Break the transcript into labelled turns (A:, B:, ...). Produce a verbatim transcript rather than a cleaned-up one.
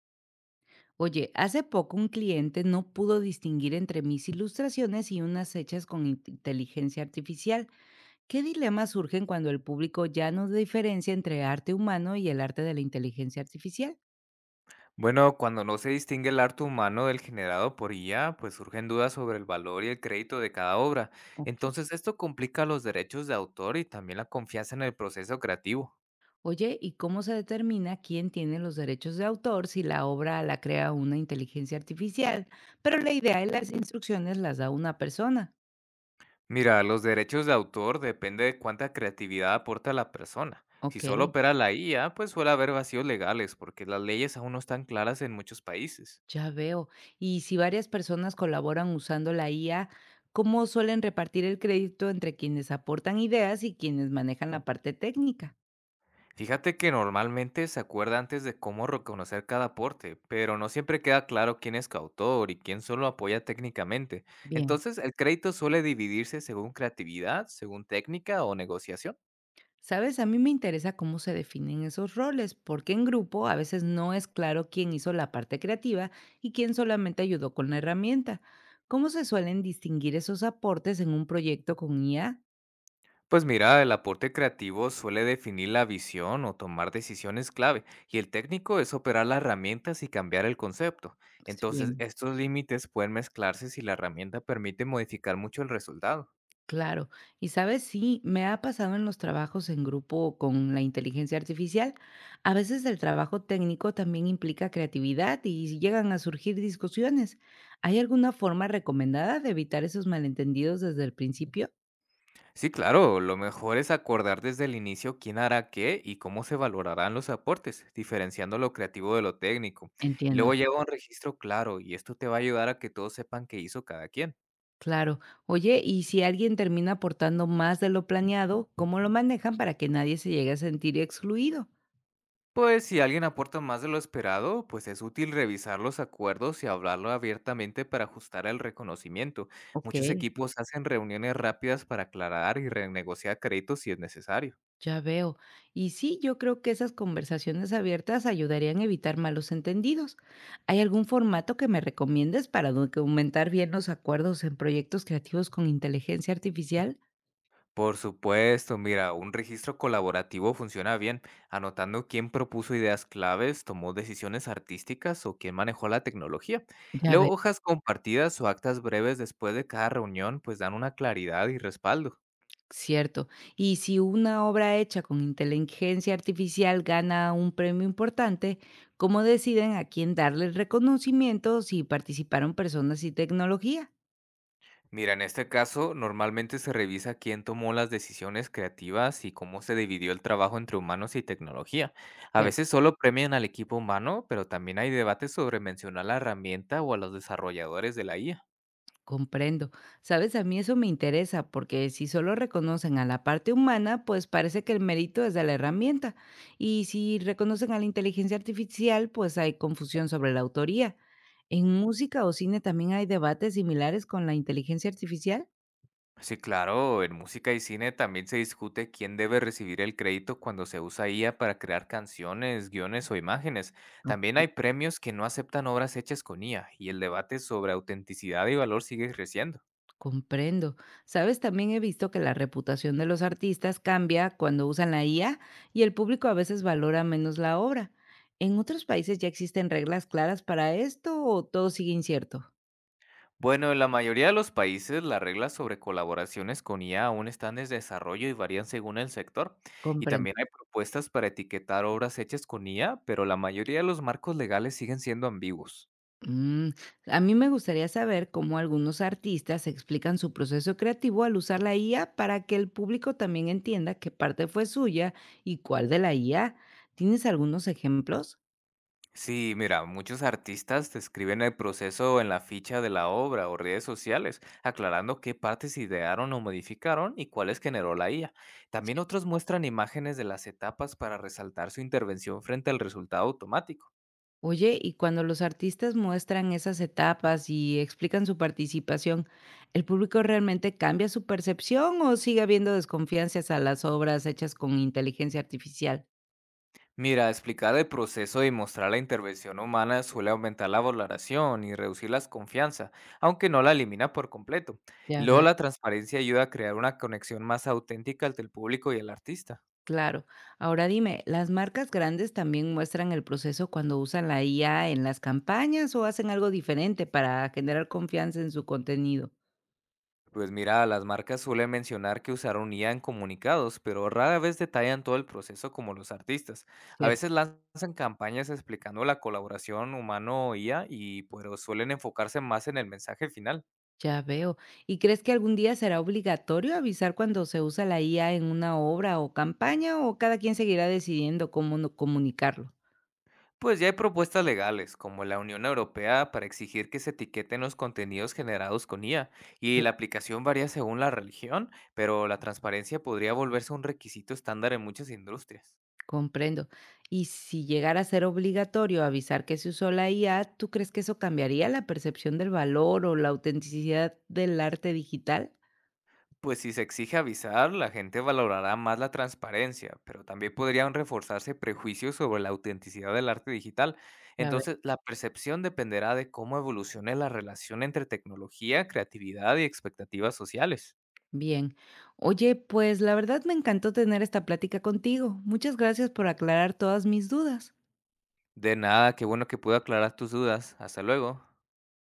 A: Oye, hace poco un cliente no pudo distinguir entre mis ilustraciones y unas hechas con in- inteligencia artificial. ¿Qué dilemas surgen cuando el público ya no diferencia entre arte humano y el arte de la inteligencia artificial?
B: Bueno, cuando no se distingue el arte humano del generado por I A, pues surgen dudas sobre el valor y el crédito de cada obra.
A: Ok.
B: Entonces esto complica los derechos de autor y también la confianza en el proceso creativo.
A: Oye, ¿y cómo se determina quién tiene los derechos de autor si la obra la crea una inteligencia artificial, pero la idea y las instrucciones las da una persona?
B: Mira, los derechos de autor depende de cuánta creatividad aporta la persona. Si solo
A: Ok.
B: opera la I A, pues suele haber vacíos legales porque las leyes aún no están claras en muchos países.
A: Ya veo. Y si varias personas colaboran usando la I A, ¿cómo suelen repartir el crédito entre quienes aportan ideas y quienes manejan la parte técnica?
B: Fíjate que normalmente se acuerda antes de cómo reconocer cada aporte, pero no siempre queda claro quién es coautor y quién solo apoya técnicamente.
A: Bien.
B: Entonces, el crédito suele dividirse según creatividad, según técnica o negociación.
A: Sabes, a mí me interesa cómo se definen esos roles, porque en grupo a veces no es claro quién hizo la parte creativa y quién solamente ayudó con la herramienta. ¿Cómo se suelen distinguir esos aportes en un proyecto con I A?
B: Pues mira, el aporte creativo suele definir la visión o tomar decisiones clave, y el técnico es operar las herramientas y cambiar el concepto.
A: Pues
B: Entonces,
A: bien.
B: estos límites pueden mezclarse si la herramienta permite modificar mucho el resultado.
A: Claro. Y sabes, sí, me ha pasado en los trabajos en grupo con la inteligencia artificial. A veces el trabajo técnico también implica creatividad y si llegan a surgir discusiones. ¿Hay alguna forma recomendada de evitar esos malentendidos desde el principio?
B: Sí, claro, lo mejor es acordar desde el inicio quién hará qué y cómo se valorarán los aportes, diferenciando lo creativo de lo técnico. Y
A: Entiendo.
B: luego lleva un registro claro y esto te va a ayudar a que todos sepan qué hizo cada quien.
A: Claro. Oye, y si alguien termina aportando más de lo planeado, ¿cómo lo manejan para que nadie se llegue a sentir excluido?
B: Pues si alguien aporta más de lo esperado, pues es útil revisar los acuerdos y hablarlo abiertamente para ajustar el reconocimiento. Muchos
A: Ok.
B: equipos hacen reuniones rápidas para aclarar y renegociar créditos si es necesario.
A: Ya veo. Y sí, yo creo que esas conversaciones abiertas ayudarían a evitar malos entendidos. ¿Hay algún formato que me recomiendes para documentar bien los acuerdos en proyectos creativos con inteligencia artificial?
B: Por supuesto, mira, un registro colaborativo funciona bien, anotando quién propuso ideas claves, tomó decisiones artísticas o quién manejó la tecnología.
A: Ya
B: Luego,
A: ve.
B: hojas compartidas o actas breves después de cada reunión, pues dan una claridad y respaldo.
A: Cierto. Y si una obra hecha con inteligencia artificial gana un premio importante, ¿cómo deciden a quién darle el reconocimiento si participaron personas y tecnología?
B: Mira, en este caso, normalmente se revisa quién tomó las decisiones creativas y cómo se dividió el trabajo entre humanos y tecnología. A veces solo premian al equipo humano, pero también hay debates sobre mencionar la herramienta o a los desarrolladores de la I A.
A: Comprendo. Sabes, a mí eso me interesa porque si solo reconocen a la parte humana, pues parece que el mérito es de la herramienta. Y si reconocen a la inteligencia artificial, pues hay confusión sobre la autoría. ¿En música o cine también hay debates similares con la inteligencia artificial?
B: Sí, claro, en música y cine también se discute quién debe recibir el crédito cuando se usa I A para crear canciones, guiones o imágenes.
A: No.
B: También hay premios que no aceptan obras hechas con I A y el debate sobre autenticidad y valor sigue creciendo.
A: Comprendo. Sabes, también he visto que la reputación de los artistas cambia cuando usan la I A y el público a veces valora menos la obra. ¿En otros países ya existen reglas claras para esto o todo sigue incierto?
B: Bueno, en la mayoría de los países las reglas sobre colaboraciones con I A aún están en desarrollo y varían según el sector. Y
A: Comprendo.
B: también hay propuestas para etiquetar obras hechas con I A, pero la mayoría de los marcos legales siguen siendo ambiguos.
A: Mm, a mí me gustaría saber cómo algunos artistas explican su proceso creativo al usar la I A para que el público también entienda qué parte fue suya y cuál de la I A. ¿Tienes algunos ejemplos?
B: Sí, mira, muchos artistas describen el proceso en la ficha de la obra o redes sociales, aclarando qué partes idearon o modificaron y cuáles generó la I A.
A: Sí.
B: También otros muestran imágenes de las etapas para resaltar su intervención frente al resultado automático.
A: Oye, y cuando los artistas muestran esas etapas y explican su participación, ¿el público realmente cambia su percepción o sigue habiendo desconfianzas a las obras hechas con inteligencia artificial?
B: Mira, explicar el proceso y mostrar la intervención humana suele aumentar la valoración y reducir la desconfianza, aunque no la elimina por completo. Y
A: Ya
B: luego
A: veo.
B: la transparencia ayuda a crear una conexión más auténtica entre el público y el artista.
A: Claro. Ahora dime, ¿las marcas grandes también muestran el proceso cuando usan la I A en las campañas o hacen algo diferente para generar confianza en su contenido?
B: Pues mira, las marcas suelen mencionar que usaron I A en comunicados, pero rara vez detallan todo el proceso como los artistas. A
A: Cierto.
B: veces lanzan campañas explicando la colaboración humano-I A y pero suelen enfocarse más en el mensaje final.
A: Ya veo. ¿Y crees que algún día será obligatorio avisar cuando se usa la I A en una obra o campaña o cada quien seguirá decidiendo cómo no comunicarlo?
B: Pues ya hay propuestas legales, como la Unión Europea, para exigir que se etiqueten los contenidos generados con I A, y la
A: Claro.
B: aplicación varía según la religión, pero la transparencia podría volverse un requisito estándar en muchas industrias.
A: Comprendo. Y si llegara a ser obligatorio avisar que se usó la I A, ¿tú crees que eso cambiaría la percepción del valor o la autenticidad del arte digital?
B: Pues si se exige avisar, la gente valorará más la transparencia, pero también podrían reforzarse prejuicios sobre la autenticidad del arte digital. Entonces, la percepción dependerá de cómo evolucione la relación entre tecnología, creatividad y expectativas sociales.
A: Bien. Oye, pues la verdad me encantó tener esta plática contigo. Muchas gracias por aclarar todas mis dudas.
B: De nada, qué bueno que pude aclarar tus dudas. Hasta luego.